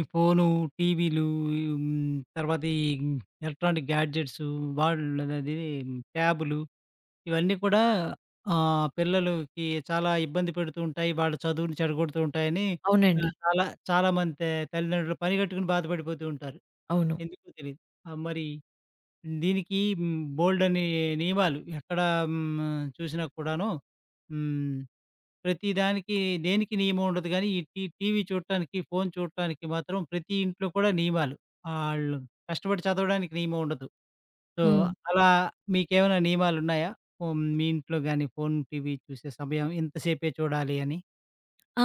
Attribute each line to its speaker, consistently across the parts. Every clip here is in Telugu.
Speaker 1: ఈ ఫోను, టీవీలు, హ్మ్, తర్వాత ఈ ఎలక్ట్రానిక్ గ్యాడ్జెట్సు, వాళ్ళదది ట్యాబులు, ఇవన్నీ కూడా పిల్లలకి చాలా ఇబ్బంది పెడుతూ ఉంటాయి. వాళ్ళ చదువుని చెడగొడుతూ ఉంటాయని
Speaker 2: అవునండి.
Speaker 1: చాలా చాలామంది తల్లిదండ్రులు పనిగట్టుకుని బాధపడిపోతూ ఉంటారు.
Speaker 2: అవును.
Speaker 1: ఎందుకో తెలీదు. మరి దీనికి బోలెడన్ని నియమాలు ఎక్కడ హ్మ్, చూసినా కూడాను. హ్మ్. ప్రతి దానికి దేనికి నియమం ఉండదు గానీ, ఈ టీవీ చూడటానికి, ఫోను చూడటానికి మాత్రం ప్రతి ఇంట్లో కూడా నియమాలు. ఆళ్ళు కష్టపడి చదవడానికి నియమం ఉండదు. సో,
Speaker 2: హ్మ్.
Speaker 1: అలా మీకేమైనా నియమాలున్నాయా? హ్మ్. మీ ఇంట్లో గాని ఫోను, టీవీ చూసే సమయం ఇంతసేపే చూడాలి అని?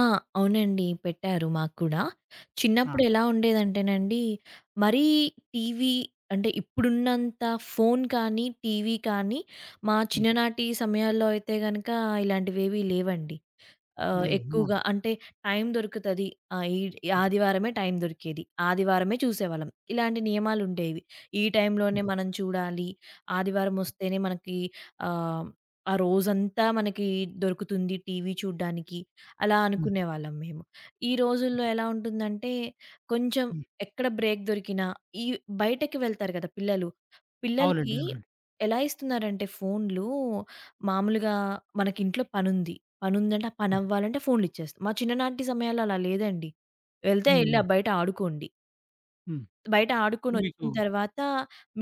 Speaker 2: ఆ! అవునండి. పెట్టారు మాకు కూడా.
Speaker 1: ఆ!
Speaker 2: చిన్నప్పుడు ఎలా ఉండేదంటేనండి, మరీ టీవీ అంటే ఇప్పుడున్నంత ఫోను కానీ, టీవీ కానీ మా
Speaker 1: హ్మ్.
Speaker 2: చిన్ననాటి సమయాల్లో అయితే గనక ఇలాంటివేవి లేవండి.
Speaker 1: లేవు. ఆ!
Speaker 2: ఎక్కువగా అంటే టైం దొరుకుతది. ఆహ్, ఈ
Speaker 1: హ్మ్.
Speaker 2: ఆదివారమే టైం దొరికేది. ఆదివారమే చూసేవాళ్ళం. ఇలాంటి నియమాలుండేవి. ఈ టైంలోనే
Speaker 1: హ్మ్.
Speaker 2: మనం చూడాలి. ఆదివారం వస్తేనే మనకి ఆహ్, ఆ రోజంతా మనకి దొరుకుతుంది టీవీ చూడ్డానికి. అలా
Speaker 1: హ్మ్.
Speaker 2: అనుకునేవాళ్ళం మేము. ఈ రోజుల్లో ఎలా ఉంటుందంటే కొంచెం
Speaker 1: హ్మ్.
Speaker 2: ఎక్కడ బ్రేక్ దొరికినా ఈ బయటకి వెళ్తారు గదా పిల్లలు. పిల్లలకి
Speaker 1: అవునండి. అవునండి.
Speaker 2: ఎలా ఇస్తున్నారంటే ఫోన్‌లు మామూలుగా మనకింట్లో పనుంది. పనుందంటే ఆ
Speaker 1: హ్మ్.
Speaker 2: పనవ్వాలంటే ఫోన్లిచ్చేస్తాం. మా చిన్ననాటి సమయాల్లో అలా లేదండి. వెళ్తే ఎళ్లి
Speaker 1: హ్మ్.
Speaker 2: ఆ బయట ఆడుకోండి.
Speaker 1: హ్మ్.
Speaker 2: బయట
Speaker 1: అప్పుడు
Speaker 2: ఆడుకొనొచ్చిన
Speaker 1: మీకు
Speaker 2: తర్వాత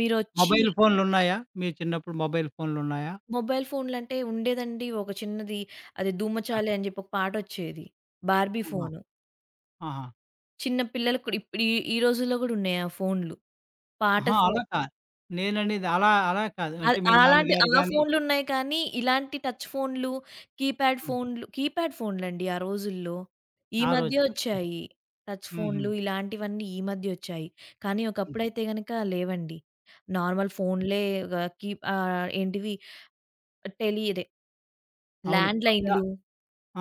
Speaker 2: మీరొచ్చి
Speaker 1: మొబైల్ ఫోన్లున్నాయా? మీ చిన్నప్పుడు మొబైల్ ఫోన్లున్నాయా?
Speaker 2: మొబైల్ ఫోన్లంటే ఉండేదండి. ఒక చిన్నది అది
Speaker 1: ఆ!
Speaker 2: 'ధూమచాలి' అని జెప్పి ఒక పాటొచ్చేది. 'బార్బీ'
Speaker 1: ఆహా!
Speaker 2: ఫోను.
Speaker 1: ఆహా!
Speaker 2: చిన్న పిల్లలకు కూడా ఇప్పుడు ఈ ఈ రోజుల్లో గూడా ఉన్నాయి ఆ ఫోన్లు. పాట
Speaker 1: అహా!
Speaker 2: ఫో
Speaker 1: అలా కాదు. నేననేది అలా అలా కాదు.
Speaker 2: అది
Speaker 1: అంటే మీ
Speaker 2: అలాంటి
Speaker 1: నాన్నగారు
Speaker 2: ఆ
Speaker 1: గాని.
Speaker 2: ఫోన్లున్నాయి కానీ, ఇలాంటి టచ్ ఫోన్లు,
Speaker 1: హ్మ్.
Speaker 2: కీప్యాడ్ ఫోన్‌లండి ఆ రోజుల్లో. ఈ
Speaker 1: ఆ
Speaker 2: మధ్యే
Speaker 1: రోజుల్లో.
Speaker 2: ఒచ్చాయి. టచ్
Speaker 1: హుహు.
Speaker 2: ఫోన్లు ఇలాంటివన్నీ ఈ మధ్య ఒచ్చాయి. కానీ
Speaker 1: హ్మ్.
Speaker 2: ఒకప్పుడైతే గనక లేవండి. నార్మల్ ఫోన్‌లే వ కీ ఏంటివి ఇదే
Speaker 1: అవును. అంటే
Speaker 2: ల్యాండ్‌లైన్‌లు.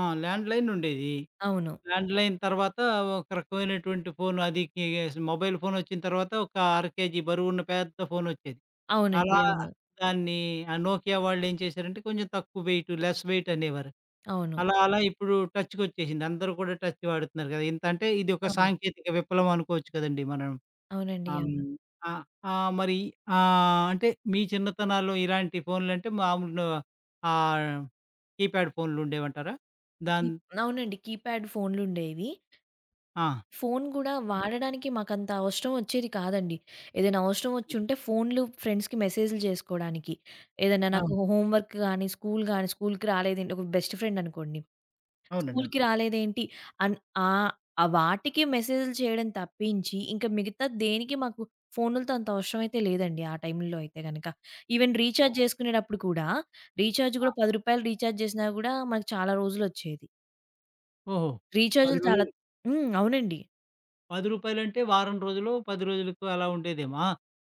Speaker 1: ఆ! ల్యాండ్‌లైన్ ఉండేది.
Speaker 2: అవును.
Speaker 1: ల్యాండ్‌లైన్ తర్వాత ఒక రకమైనటువంటి ఫోను అది కి మొబైల్ ఫోనొచ్చిన తర్వాత ఒక 6 కేజీ బరువున్న పెద్ద ఫోనొచ్చేది.
Speaker 2: అవునండి.
Speaker 1: అలా
Speaker 2: అవును.
Speaker 1: దాన్ని, ఆ నోకియా వాళ్ళేం చేశారంటే కొంచెం తక్కువ వెయిట్, లెస్ వెయిట్ అనేవారు.
Speaker 2: అవును.
Speaker 1: అలా అలా ఇప్పుడు టచ్‌కొచ్చేసింది. అందరూ కూడా టచ్ వాడుతున్నారు కదా! ఇంత అంటే ఇది ఒక
Speaker 2: అవును.
Speaker 1: సాంకేతిక విప్లవం అనుకోవచ్చు కదండీ మనం.
Speaker 2: అవునండి. అవును.
Speaker 1: ఆ! హ్మ్. ఆహ్, మరి అంటే మీ చిన్నతనాల్లో ఇలాంటి ఫోన్లంటే మామూలు ఆహ్, కీప్యాడ్ ఫోన్లుండేవంటారా?
Speaker 2: కీ
Speaker 1: దాన్.
Speaker 2: అవునండి. కీప్యాడ్ ఫోన్లుండేవి.
Speaker 1: ఆ!
Speaker 2: ఫోను గూడా వాడడానికి మాకంత అవసరం వచ్చేది కాదండి. ఏదైనా అవసరం వచ్చుంటే ఫోన్‌లు ఫ్రెండ్స్‌కి మెసేజ్‌లు జేసుకోడానికి. ఏదైనా
Speaker 1: ఆ!
Speaker 2: నాకు హోమ్ వర్క్ గాని, స్కూల్ గాని స్కూల్‌కి రాలేదేంటి ఒక బెస్ట్ ఫ్రెండ్ అనుకోండి.
Speaker 1: అవునండి. అవును.
Speaker 2: స్కూల్‌కి రాలేదేంటి అన్ ఆహ్, ఆ వాటికి మెసేజ్‌లు చేయడం తప్పించి, ఇంక మిగతా దేనికి మాకు ఫోనులతో అంత అవసరం అయితే లేదండి ఆ టైంలో అయితే గనక. ఈవెన్
Speaker 1: ఓహో!
Speaker 2: రీచార్జ్ జేసుకునేటప్పుడు కూడా, రీచార్జ్
Speaker 1: ఆ!
Speaker 2: గూడా రూ. 10 రీచార్జ్ జేసినా గూడా మనకు చాలా రోజులొచ్చేది.
Speaker 1: ఓహో!
Speaker 2: రీచార్జ్‌లు
Speaker 1: రూ.
Speaker 2: చాలా హ్మ్. అవునండి.
Speaker 1: 10, రూ. 10 వారం రోజులు, 10 రోజులకు అలా ఉండేదేమో. ఆ!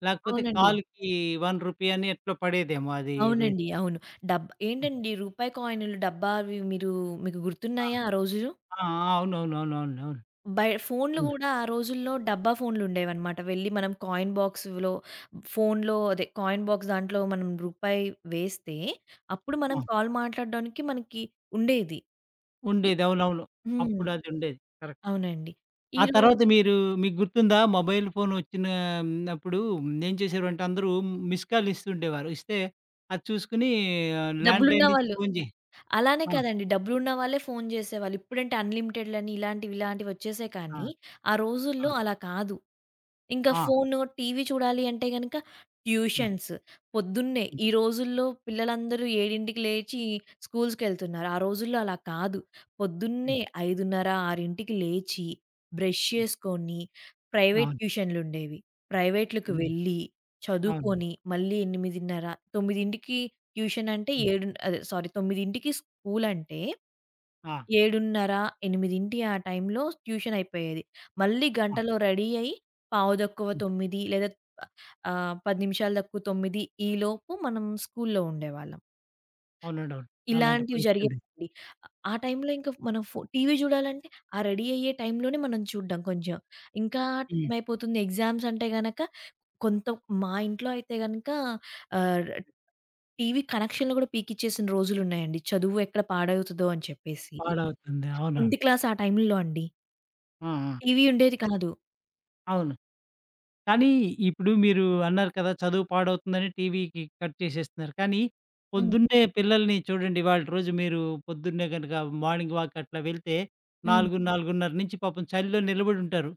Speaker 1: లేకపోతే
Speaker 2: అవునండి.
Speaker 1: కాల్‌కి 1 రూపీ అని ఎట్లో పడేదేమో అది రేట్.
Speaker 2: అవునండి. అవును. ఏంటండి రూపాయి కాయిన్‌లు, డబ్బా అవి మీరు మీకు
Speaker 1: ఆ!
Speaker 2: గుర్తున్నాయా ఆ రోజులు?
Speaker 1: ఆ! అవునవునవునవునవును. అవును. అవును
Speaker 2: ఫోన్‌లు
Speaker 1: అవును
Speaker 2: గూడా ఆ రోజుల్లో డబ్బా ఫోన్‌లుండేవన్నమాట. వెళ్లి మనం కాయిన్ బాక్స్‌లో ఫోన్‌లో అదే కాయిన్ బాక్స్ దాంట్లో మనం రూపాయి వేస్తే, అప్పుడు
Speaker 1: అవును.
Speaker 2: మనం
Speaker 1: ఆ!
Speaker 2: కాల్ మాట్లాడడానికి మనకి ఉండేది. ఇ
Speaker 1: ఉండేది. అవునవును.
Speaker 2: హ్మ్.
Speaker 1: అప్పుడదుండేది. కరెక్ట్.
Speaker 2: అవునండి. ఈ
Speaker 1: ఆ
Speaker 2: రో
Speaker 1: తర్వాత మీరు, మీకు గుర్తుందా? మొబైల్ ఫోన్ వచ్చిన అప్పుడు ఏం చేసేవారంటే అందరూ మిస్డ్ కాల్ ఇస్తుండేవారు. ఇస్తే అది చూసుకొని
Speaker 2: డబ్బులున్న
Speaker 1: ల్యాండ్‌లైన్ నుంచి
Speaker 2: వాళ్ళు
Speaker 1: ఫోన్ జే.
Speaker 2: అలానే
Speaker 1: ఆ!
Speaker 2: కాదండి. డబ్బులున్న వాళ్ళే ఫోను జేసేవాళ్ళు. ఇప్పుడంటే అన్‌లిమిటెడ్‌లని ఇలాంటివి, ఇలాంటివి వచ్చేసాయి
Speaker 1: ఆ!
Speaker 2: కానీ, ఆ
Speaker 1: ఆ!
Speaker 2: రోజుల్లో అలా కాదు. ఇంకా
Speaker 1: ఆ!
Speaker 2: ఫోను, టీవీ చూడాలి అంటే గనక
Speaker 1: హ్మ్.
Speaker 2: ట్యూషన్స్. పొద్దున్నే
Speaker 1: హ్మ్.
Speaker 2: ఈ రోజుల్లో పిల్లలందరూ 7కి లేచి స్కూల్స్‌కెళ్తున్నారు. ఆ రోజుల్లో అలా కాదు.
Speaker 1: హ్మ్.
Speaker 2: పొద్దున్నే 5:30, 6కి లేచి, బ్రష్
Speaker 1: హ్మ్.
Speaker 2: చేసుకొని, ప్రైవేట్
Speaker 1: అవును.
Speaker 2: ట్యూషన్లుండేవి. ప్రైవేట్‌లకి
Speaker 1: హ్మ్.
Speaker 2: వెళ్ళి,
Speaker 1: అవును.
Speaker 2: చదువుకొని, మళ్ళీ 8:30, 9కి ట్యూషన్ అంటే
Speaker 1: హ్మ్.
Speaker 2: ఏడు అదే సారీ 9కి స్కూలంటే
Speaker 1: ఆ!
Speaker 2: 7:30, 8 ఆ టైంలో ట్యూషన్ అయిపోయేది. మళ్ళీ
Speaker 1: ఆ!
Speaker 2: గంటలో రెడీ అయ్యి, పావు తక్కువ
Speaker 1: హ్మ్.
Speaker 2: 9 లేదా 10 నిమిషాలు తక్కువ 9 ఈలోపు మనం స్కూల్లో ఉండేవాళ్ళం.
Speaker 1: అవునండి. అవును. అలాంటి
Speaker 2: ఇలాంటివి
Speaker 1: పరిస్థితి ఉంది.
Speaker 2: జరిగేవండి. ఆ టైంలో ఇంకా మనం టీవీ చూడాలంటే, ఆ రెడీ అయ్యే టైంలోనే మనం చూడ్డం కొంచెం. ఇంకా
Speaker 1: హ్మ్.
Speaker 2: టైం అయిపోతుంది ఎగ్జామ్స్ అంటే గనక కొంత మా ఇంట్లో అయితే గనక ఆహ్, టీవీ కనెక్షన్‌లు గూడా పీకిచ్చేసిన రోజులున్నాయండి. చదువు ఎక్కడ పాడవుతదో అని చెప్పేసి.
Speaker 1: పాడవుతుంది. అవునవును.
Speaker 2: 10థ్ క్లాస్ ఆ టైంలో అండి.
Speaker 1: ఆ! ఆ!
Speaker 2: టీవీ ఉండేది
Speaker 1: అద్.
Speaker 2: కాదు.
Speaker 1: అవును. కానీ ఇప్పుడు మీరు అన్నారు కదా! చదువు పాడవుతుందని టీవీకి కట్ చేసేస్తున్నారు. కానీ
Speaker 2: హ్మ్.
Speaker 1: పొద్దున్నే పిల్లల్ని చూడండి. ఇవాళ రోజు మీరు పొద్దున్నే గనుక మార్నింగ్ వాక్ అట్లా వెళ్తే
Speaker 2: హ్మ్.
Speaker 1: 4, 4:30 నుంచి పాపం చలిలో నిలబడుంటారు.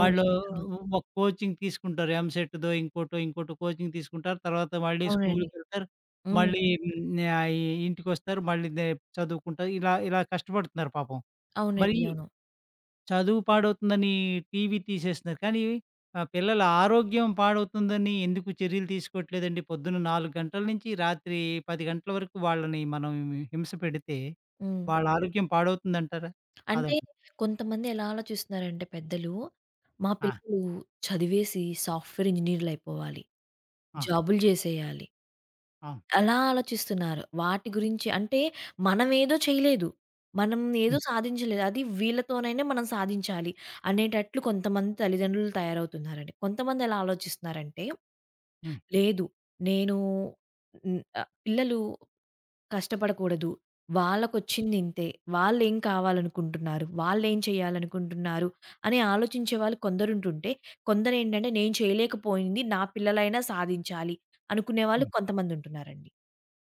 Speaker 1: వాళ్ళు
Speaker 2: అవును.
Speaker 1: ఒక కోచింగ్ తీసుకుంటారు. ఎంసెట్‌దో ఇంకోటో, ఇంకోటో కోచింగ్ తీసుకుంటారు. తర్వాత మళ్ళీ
Speaker 2: అవునండి.
Speaker 1: స్కూలుకెళ్తారు.
Speaker 2: హ్మ్.
Speaker 1: మళ్ళీ ఇంటికొస్తారు. మళ్ళీ దే చదువుకుంటారు. ఇలా ఇలా కష్టపడుతున్నారు పాపం. మరి
Speaker 2: అవునండి. అవును.
Speaker 1: చదువు పాడవుతుందని టీవీ తీసేస్తున్నారు. కానీ పిల్లల ఆరోగ్యం పాడవుతుందని ఎందుకు చర్యలు తీసుకోవట్లేదండి? పొద్దున్న 4 గంటల నుంచి రాత్రి 10 గంటల వరకు వాళ్ళని మనం హింస పెడితే
Speaker 2: హ్మ్.
Speaker 1: వాళ్ళ ఆరోగ్యం పాడవుతుందంటారా?
Speaker 2: అంటే
Speaker 1: కాదంటారా?
Speaker 2: కొంతమంది ఎలా ఆలోచిస్తున్నారంటే పెద్దలు, మా
Speaker 1: ఆ!
Speaker 2: పిల్లలు చదివేసి సాఫ్ట్‌వేర్ ఇంజినీర్‌లయిపోవాలి.
Speaker 1: ఆ!
Speaker 2: జాబులు జేసేయాలి.
Speaker 1: అవును.
Speaker 2: అలా ఆలోచిస్తున్నారు. వాటి గురించి అంటే మనమేదో చేయలేదు. మనం ఏదో
Speaker 1: హ్మ్.
Speaker 2: సాధించలేదు. అది వీళ్ళతోనైనా మనం సాధించాలి అనేటట్లు కొంతమంది తల్లిదండ్రులు తయారవుతున్నారండి. కొంతమంది ఎలా ఆలోచిస్తున్నారంటే,
Speaker 1: హ్మ్.
Speaker 2: లేదు నేను హ్మ్. పిల్లలు కష్టపడకూడదు. వాళ్ళకొచ్చిందింతే. వాళ్ళేం కావాలనుకుంటున్నారు? వాళ్ళేం చేయాలనుకుంటున్నారు? అని ఆలోచించే వాళ్ళు కొందరుంటుంటే, కొందరేంటంటే నేను చేయలేకపోయింది నా పిల్లలైనా సాధించాలి అనుకునే వాళ్ళు
Speaker 1: హ్మ్.
Speaker 2: కొంతమందుంటున్నారండి.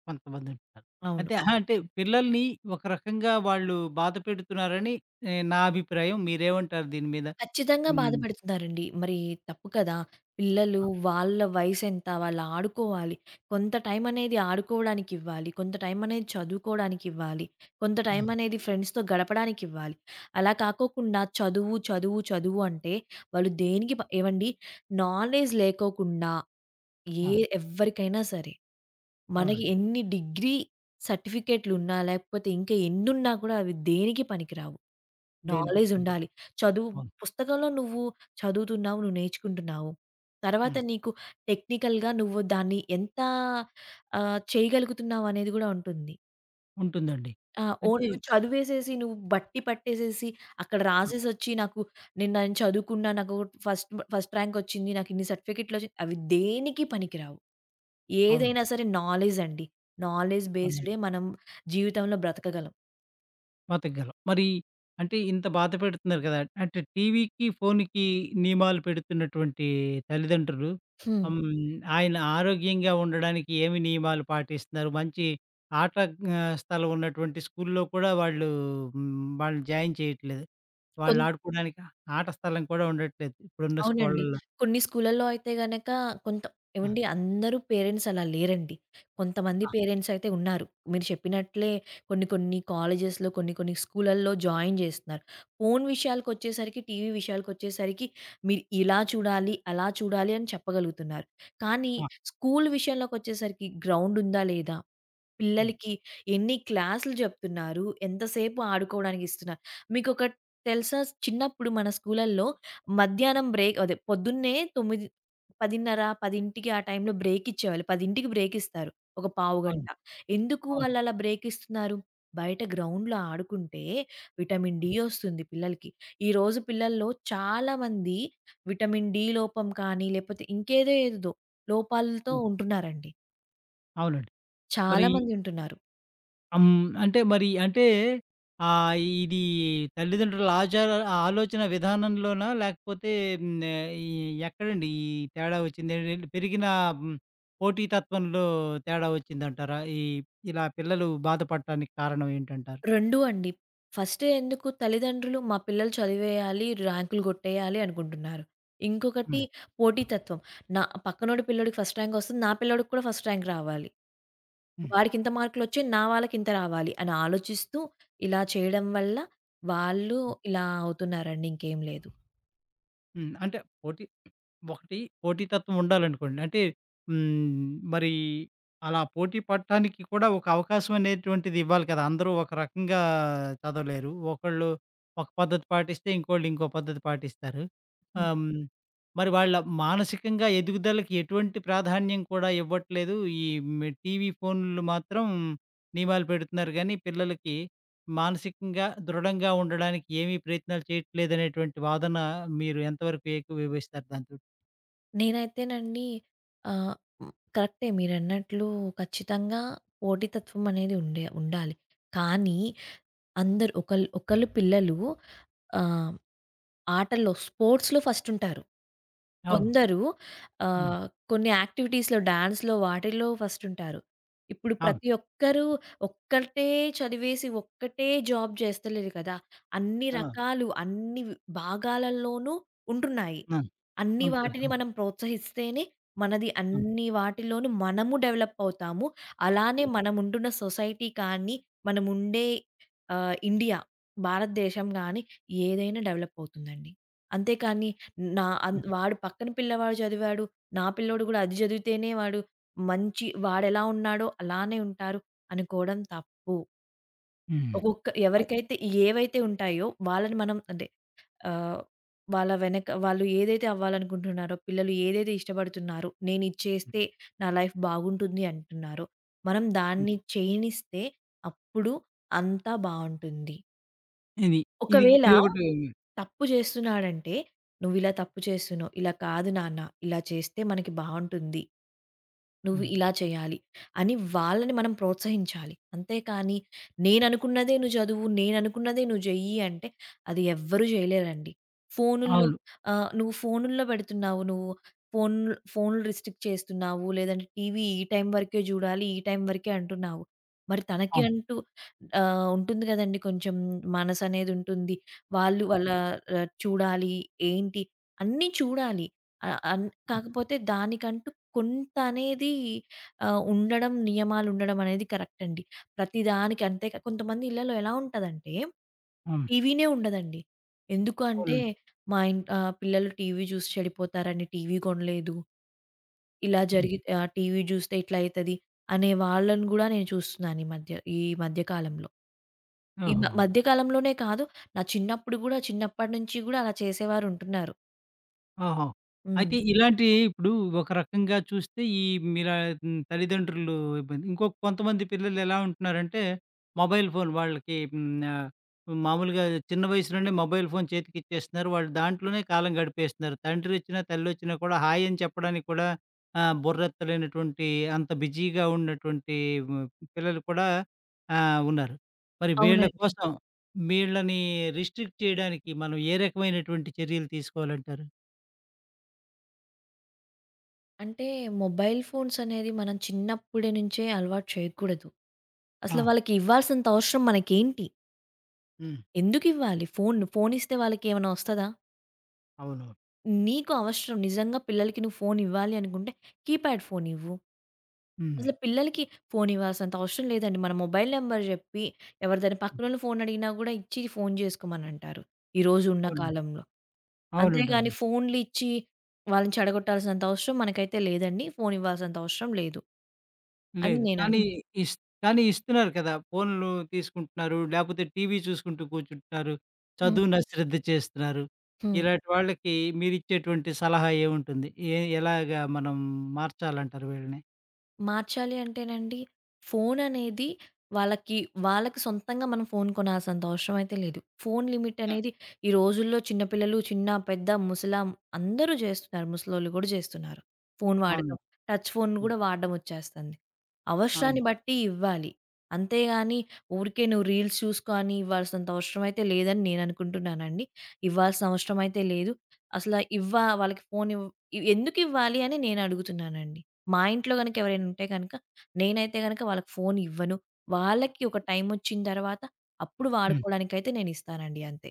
Speaker 1: కొంతమందుంటారు.
Speaker 2: అవును.
Speaker 1: అయితే అహా! అంటే పిల్లల్ని ఒక రకంగా వాళ్ళు బాధ పెడుతున్నారని నా అభిప్రాయం. మీరేమంటారు దీని మీద?
Speaker 2: ఖచ్చితంగా
Speaker 1: హ్మ్.
Speaker 2: బాధపడుతున్నారండి. మరి తప్పు కదా! పిల్లలు
Speaker 1: ఆ!
Speaker 2: వాళ్ళ వయసెంత, వాళ్ళు ఆడుకోవాలి. కొంత టైం అనేది ఆడుకోవడానికివ్వాలి. కొంత టైం అనేది చదువుకోవడానికివ్వాలి. కొంత
Speaker 1: ఆ!
Speaker 2: టైం అనేది ఫ్రెండ్స్‌తో గడపడానికివ్వాలి. అలా కాకోకుండా చదువు, చదువు, చదువు అంటే వాళ్ళు దేనికి ఏవండి నాలెడ్జ్ లేకోకుండా ఏ
Speaker 1: ఆ!
Speaker 2: ఎవ్వరికైనా సరే. మనకి
Speaker 1: అవునండి.
Speaker 2: ఎన్ని డిగ్రీ సర్టిఫికేట్‌లున్నా, లేకపోతే ఇంకా ఎన్నున్నా కూడా అవి దేనికి పనికిరావు.
Speaker 1: దేనికి
Speaker 2: నాలెడ్జ్
Speaker 1: పనికి.
Speaker 2: ఉండాలి. చదువు
Speaker 1: అవును.
Speaker 2: పుస్తకంలో నువ్వు చదువుతున్నావు, నువ్వు నేర్చుకుంటున్నావు. తర్వాత
Speaker 1: హ్మ్.
Speaker 2: నీకు టెక్నికల్‌గా నువ్వు దాన్ని ఎంత చేయగలుగుతున్నావు అనేది కూడా ఉంటుంది.
Speaker 1: ఉంటుందండి.
Speaker 2: ఆ! ఓన్
Speaker 1: అయితే
Speaker 2: నువ్వు చదివేసేసి, నువ్వు బట్టి పట్టేసేసి, అక్కడ
Speaker 1: ఆ!
Speaker 2: రాసేసొచ్చి నాకు నేను నేను చదువుకున్నా, నాకు ఫస్ట్ ఫస్ట్ ర్యాంక్ వచ్చింది, నాకు ఇన్ని సర్టిఫికేట్‌లొచ్చినియి అవి దేనికి పనికిరావు.
Speaker 1: అవును.
Speaker 2: ఏదైనా సరే నాలెడ్జ్ అండి. నాలెడ్జ్
Speaker 1: అవునండి.
Speaker 2: బేస్డే మనం జీవితంలో బ్రతకగలం.
Speaker 1: బతకగలం. మరి అంటే ఇంత బాధ పెడుతున్నారు కదా! అంటే టీవీకి, ఫోనుకి నియమాలు పెడుతున్నటువంటి తల్లిదండ్రులు.
Speaker 2: హ్మ్.
Speaker 1: హ్మ్. ఆయన ఆరోగ్యంగా ఉండడానికి ఏమి నియమాలు పాటిస్తున్నారు? మంచి ఆట స్థలం ఉన్నటువంటి స్కూల్లో కూడా వాళ్ళు హ్మ్, వాళ్ళు జాయిన్ చేయట్లేదు. వాళ్ళు
Speaker 2: కొంత్
Speaker 1: ఆడుకోవడానికి ఆట స్థలం కూడా ఉండట్లేదు ఇప్పుడున్న
Speaker 2: అవునండి.
Speaker 1: స్కూళ్ళల్లో.
Speaker 2: కొన్ని స్కూలల్లో అయితే గనక కొంత
Speaker 1: ఆ!
Speaker 2: ఏవండి అందరూ పేరెంట్స్ అలా లేరండి. కొంతమంది
Speaker 1: ఆ!
Speaker 2: పేరెంట్స్ అయితే ఉన్నారు. మీరు చెప్పినట్లే కొన్ని కొన్ని కాలేజెస్‌లో, కొన్ని కొన్ని స్కూలల్లో జాయిన్ చేస్తున్నారు. ఫోను విషయాలకొచ్చేసరికి, టీవీ విషయాలకొచ్చేసరికి మీరు ఇలా చూడాలి, అలా చూడాలి అని చెప్పగలుగుతున్నారు. కానీ
Speaker 1: ఆ!
Speaker 2: స్కూలు విషయంలోకొచ్చేసరికి గ్రౌండ్ ఉందా లేదా?
Speaker 1: హ్మ్.
Speaker 2: పిల్లలకి ఎన్ని క్లాసులు చెప్తున్నారు, ఎంతసేపు ఆడుకోవడానికి ఇస్తున్నారు. మీకొకటి తెలుసా? చిన్నప్పుడు మన స్కూలల్లో మధ్యాహ్నం బ్రేక్ అదే పొద్దున్నే 9, 10:30, 10కి ఆ టైంలో బ్రేక్ ఇచ్చేవాళ్ళు. 10కి బ్రేక్ ఇస్తారు. ఒక పావు గంట.
Speaker 1: అవును.
Speaker 2: ఎందుకు
Speaker 1: అవును.
Speaker 2: వాళ్ళు అలా బ్రేక్ ఇస్తున్నారు? బయట గ్రౌండ్‌లో ఆడుకుంటే విటమిన్ డి వస్తుంది పిల్లలకి. ఈరోజు పిల్లల్లో చాలామంది విటమిన్ డి లోపం కానీ, లేకపోతే ఇంకేదో ఏదేదో లోపాలతో
Speaker 1: హ్మ్.
Speaker 2: ఉంటున్నారండి.
Speaker 1: అవునండి. మరి
Speaker 2: చాలామంది ఉంటున్నారు.
Speaker 1: అమ్ అంటే మరి అంటే ఆహ్, ఇది తల్లిదండ్రుల ఆచార ఆలోచన విధానంలోనా? లేకపోతే ఈ ఎక్కడండి ఈ తేడా వచ్చింది? ఏంటంటే పెరిగిన హ్మ్, పోటీతత్వంలో తేడా వచ్చిందంటారా? ఈ ఇలా పిల్లలు బాధపడటానికి కారణం ఏంటంటారు?
Speaker 2: 2 అండి. ఫస్ట్ ఎందుకు తల్లిదండ్రులు మా పిల్లలు చదివేయాలి, ర్యాంకులు గొట్టేయాలి అనుకుంటున్నారు. ఇంకొకటి
Speaker 1: హ్మ్.
Speaker 2: పోటీతత్వం. నా పక్కనోడి పిల్లోడికి ఫస్ట్ ర్యాంక్ వస్తుంది. నా పిల్లోడికి కూడా ఫస్ట్ ర్యాంక్ రావాలి.
Speaker 1: హ్మ్.
Speaker 2: వాడికి ఇంత మార్కులొచ్చాయి. నా వాళ్ళకి ఇంత రావాలి అని ఆలోచిస్తూ ఇలా చేయడం వల్ల వాళ్ళు ఇలా అవుతున్నారండి. ఇంకేం లేదు.
Speaker 1: హ్మ్. అంటే పోటీ ఒకటి పోటీతత్వం ఉండాలనుకోండి. అంటే హ్మ్, మరి అలా పోటీ పడటానికి కూడా ఒక అవకాశం అనేటువంటిది ఇవ్వాలి కదా! అందరూ ఒక రకంగా చదవలేరు. ఒకళ్ళు ఒక పద్ధతి పాటిస్తే, ఇంకోళ్ళు ఇంకో పద్ధతి పాటిస్తారు.
Speaker 2: హ్మ్.
Speaker 1: హ్మ్. మరి వాళ్ళ మానసికంగా ఎదుగుదలకి ఎటువంటి ప్రాధాన్యం కూడా ఇవ్వట్లేదు. ఈ టీవీ, ఫోన్లు మాత్రం నియమాలు పెడుతున్నారు గానీ, పిల్లలకి మానసికంగా దృఢంగా ఉండడానికి ఏమీ ప్రయత్నాలు చేయట్లేదనేటువంటి వాదన, మీరు ఎంతవరకు ఏకీభవిస్తారు దాంతో?
Speaker 2: నేనైతేనండి ఆహ్, హ్మ్. కరెక్టే మీరన్నట్లు ఖచ్చితంగా పోటీతత్వం అనేది ఉండే ఉండాలి. కానీ అందరూ ఒకళ్ళు పిల్లలు ఆ! ఆటల్లో స్పోర్ట్స్‌లో ఫస్టుంటారు.
Speaker 1: అవును.
Speaker 2: కొందరు
Speaker 1: హ్మ్.
Speaker 2: కొన్ని యాక్టివిటీస్‌లో, డాన్స్‌లో వాటిల్లో ఫస్టుంటారు. ఇప్పుడు
Speaker 1: అవును.
Speaker 2: ప్రతి ఒక్కరు ఒక్కటే చదివేసి, ఒక్కటే జాబ్ చేస్తలేరు కదా! అన్ని
Speaker 1: ఆ!
Speaker 2: రకాలు, అన్ని భాగాలలోనూ ఉంటున్నాయి.
Speaker 1: ఆ!
Speaker 2: అన్ని
Speaker 1: ఉంటుంది.
Speaker 2: వాటిని
Speaker 1: అవును.
Speaker 2: మనం ప్రోత్సహిస్తేనే మనది
Speaker 1: అవును.
Speaker 2: అన్ని వాటిలోనూ మనము డెవలప్ అవుతాము. అలానే
Speaker 1: హ్మ్.
Speaker 2: మనముంటున్న సొసైటీ కానీ, మనముండే ఇండియా, భారతదేశం గాని ఏదైనా డెవలప్ అవుతుందండి. అంతేకానీ నా అన్
Speaker 1: హ్మ్.
Speaker 2: వాడు పక్కన పిల్లవాడు చదివాడు, నా పిల్లోడు గూడా అది చదివితేనే వాడు మంచి వాడెలా ఉన్నాడో అలానే ఉంటారు అనుకోవడం తప్పు.
Speaker 1: హ్మ్.
Speaker 2: ఒక్కొక్క
Speaker 1: అయ్.
Speaker 2: ఎవరికైతే ఏవైతే ఉంటాయో వాళ్ళని మనం అంటే ఆహ్, వాళ్ళ వెనక వాళ్ళు ఏదైతే అవ్వాలనుకుంటున్నారో, పిల్లలు ఏదైతే ఇష్టపడుతున్నారో, నేనిది చేస్తే నా లైఫ్ బాగుంటుంది అంటున్నారో, మనం
Speaker 1: హ్మ్.
Speaker 2: దాన్ని చేయనిస్తే అప్పుడు అంతా బావుంటుంది.
Speaker 1: ఇది. ఇది
Speaker 2: ఒకవేళ
Speaker 1: ఇదొకటి
Speaker 2: తప్పు చేస్తున్నాడంటే, "నువ్విలా తప్పు చేస్తున్నావు. ఇలా కాదు నాన్న. ఇలా చేస్తే మనకి బావుంటుంది. నువ్వు
Speaker 1: హ్మ్.
Speaker 2: ఇలా చేయాలి అని వాళ్ళని మనం ప్రోత్సహించాలి. అంతేకానీ నేననుకున్నదే నువ్వు చదువు, నేననుకున్నదే నువ్వు చెయ్యి అంటే అది ఎవ్వరూ చేయలేరండి. ఫోనుల్లో
Speaker 1: అవును.
Speaker 2: నువ్వు ఫోనుల్లో పెడుతున్నావు, నువ్వు ఫోన్ ఫోన్లు రిస్ట్రిక్ట్ చేస్తున్నావు, లేదంటే టీవీ ఈ టైం వరకే చూడాలి, ఈ టైం వరకే అంటున్నావు. మరి తనకి
Speaker 1: అవును.
Speaker 2: అంటూ ఉంటుంది కదండీ కొంచెం మనసనేదుంటుంది. వాళ్ళ
Speaker 1: అవును.
Speaker 2: చూడాలి, ఏంటి అన్నీ చూడాలి. ఆహ్, అన్
Speaker 1: ఆ!
Speaker 2: కాకపోతే దానికంటూ కొంత అనేది ఉండడం నియమాలుండడం అనేది కరెక్ట్ అండి. ప్రతిదానికి అంతే కొంతమంది ఇళ్లలో ఎలా ఉంటదంటే,
Speaker 1: అవును.
Speaker 2: టీవీనే ఉండదండి. ఎందుకు అంటే
Speaker 1: అవునండి.
Speaker 2: మా ఇంట్ పిల్లలు టీవీ చూసి చెడిపోతారని టీవీ కొనలేదు. ఇలా
Speaker 1: హ్మ్.
Speaker 2: జరిగి టీవీ చూస్తే ఇట్లా అయితది అనే వాళ్ళని గూడా నేను చూస్తున్నాను ఈ మధ్య కాలంలో. ఈ మ
Speaker 1: ఓహో!
Speaker 2: మధ్య కాలంలోనే కాదు, నా చిన్నప్పుడు గూడా చిన్నప్పటి నుంచి గూడా అలా చేసేవారుంటున్నారు.
Speaker 1: ఆహా!
Speaker 2: హ్మ్.
Speaker 1: అయితే ఇలాంటియి ఇప్పుడు ఒక రకంగా చూస్తే ఈ మీర తల్లిదండ్రులు ఇబ్బంది. ఇంకో కొంతమంది పిల్లలు ఎలా ఉంటున్నారంటే, మొబైల్ ఫోన్ వాళ్ళకి ఆహ్, మామూలుగా చిన్న వయసు నుండే మొబైల్ ఫోన్ చేతికిచ్చేస్తున్నారు. వాళ్ళు దాంట్లోనే కాలం గడిపేస్తున్నారు. తండ్రొచ్చినా, తల్లొచ్చినా కూడా హాయ్ అని చెప్పడానికి కూడా బుర్రెత్తలేనటువంటి, అంత బిజీగా ఉన్నటువంటి హ్మ్, పిల్లలు కూడా ఉన్నారు. మరి వీళ్ళ
Speaker 2: అవునండి.
Speaker 1: కోసం వీళ్ళని రిస్ట్రిక్ట్ చేయడానికి మనం ఏ రకమైనటువంటి చర్యలు తీసుకోవాలంటారు?
Speaker 2: అంటే మొబైల్ ఫోన్స్ అనేది మనం చిన్నప్పుడే నుంచే అలవాటు చేయకూడదు.
Speaker 1: ఆ!
Speaker 2: అసలు వాళ్ళకి ఇవ్వాల్సినంత అవసరం మనకేంటి?
Speaker 1: హ్మ్.
Speaker 2: ఎందుకివ్వాలి ఫోన్? ఫోన్ ఇస్తే వాళ్ళకేమన్నా వస్తదా?
Speaker 1: అవునవును.
Speaker 2: నీకు అవసరం నిజంగా పిల్లలకి నువ్వు ఫోన్ ఇవ్వాలి అనుకుంటే కీప్యాడ్ ఫోన్ ఇవ్వు.
Speaker 1: హ్మ్.
Speaker 2: అసలు పిల్లలకి ఫోన్ ఇవ్వాల్సినంత అవసరం లేదండి. మన మొబైల్ నంబర్ జెప్పి ఎవరిదైనా
Speaker 1: హ్మ్.
Speaker 2: పక్కనోళ్ళు ఫోన్ అడిగినా గూడా ఇచ్చి ఫోన్ జేసుకోమనంటారు. ఈ రోజు ఉన్న
Speaker 1: అవునండి.
Speaker 2: కాలంలో.
Speaker 1: అవునండి.
Speaker 2: అంతేగాని
Speaker 1: అవునండి.
Speaker 2: ఫోన్‌లు ఇచ్చి వాళ్ళని చెడగొట్టాల్సినంత అవసరం మనకైతే లేదండి. ఫోన్ ఇవ్వాల్సినంత అవసరం లేదు అని
Speaker 1: లేదు.
Speaker 2: నేను
Speaker 1: కానీ హ్మ్. ఇస్. కానీ ఇస్తున్నారు కదా! ఫోన్‌లు తీసుకుంటున్నారు. లేపోతే టీవీ చూసుకుంటూ కూర్చుంటున్నారు.
Speaker 2: హ్మ్.
Speaker 1: చదువుని అశ్రద్ధ చేస్తున్నారు.
Speaker 2: హ్మ్.
Speaker 1: ఇలాంటి వాళ్ళకి మీరిచ్చేటువంటి సలహా ఏముంటుంది? ఏ ఎలాగా మనం మార్చాలంటారు వీళ్ళని?
Speaker 2: మార్చాలి అంటేనండి, ఫోననేది వాళ్ళకి వాళ్ళకి సొంతంగా మనం ఫోన్ కొనాల్సినంత అవసరం అయితే లేదు. ఫోన్ లిమిట్
Speaker 1: హ్మ్.
Speaker 2: అనేది ఈ రోజుల్లో చిన్న పిల్లలు, చిన్న, పెద్ద, అందరూ జేస్తున్నారు. ముసలోళ్ళు గూడా జేస్తున్నారు. ఫోన్
Speaker 1: అవును.
Speaker 2: వాడకం. టచ్ ఫోన్
Speaker 1: హ్మ్.
Speaker 2: గూడా వాడడం ఒచ్చేస్తంది.
Speaker 1: అవును.
Speaker 2: అవసరాన్ని బట్టి ఇవ్వాలి. అంతేగాని ఊరికే నువ్వు రీల్స్ చూసుకో అని ఇవ్వాల్సినంత అవసరం అయితే లేదని నేననుకుంటున్నానండి. ఇవ్వాల్సిన అవసరం అయితే లేదు. అసల ఇవ్వా వాళ్ళకి ఫోనివ్ ఎందుకివ్వాలి అని నేనడుగుతున్నానండి. మా ఇంట్లో గనుక ఎవరైనా ఉంటే గనుక, నేనైతే గనక వాళ్ళకి ఫోను ఇవ్వను. వాళ్ళకి ఒక టైమొచ్చిన తర్వాత అప్పుడు
Speaker 1: హ్మ్.
Speaker 2: వాడుకోవడానికైతే నేనిస్తానండి అంతే.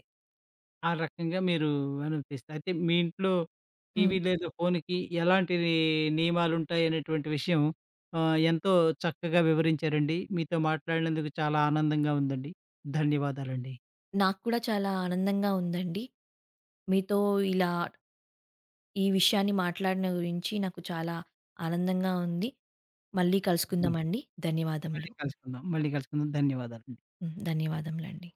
Speaker 1: ఆ రకంగా మీరు అనుమతిస్తారు. అయితే మీ ఇంట్లో
Speaker 2: హ్మ్.
Speaker 1: టీవీ లేదా ఫోన్‌కి ఎలాంటి నియమాలుంటాయి అనేటువంటి విషయం ఎంతో చక్కగా వివరించారండి. మీతో మాట్లాడినందుకు చాలా ఆనందంగా ఉందండి. ధన్యవాదాలండి.
Speaker 2: నాకు కూడా చాలా ఆనందంగా ఉందండి. మీతో ఇలా ఈ విషయాన్ని మాట్లాడిన గురించి నాకు చాలా ఆనందంగా ఉంది. మళ్ళీ
Speaker 1: ధన్యవాదాలు.
Speaker 2: కలుసుకుందామండి. ధన్యవాదములు.
Speaker 1: మళ్ళీ కలుసుకుందాం. మళ్ళీ కలుసుకుందాం. ధన్యవాదాలు.
Speaker 2: హ్మ్. ధన్యవాదములండి.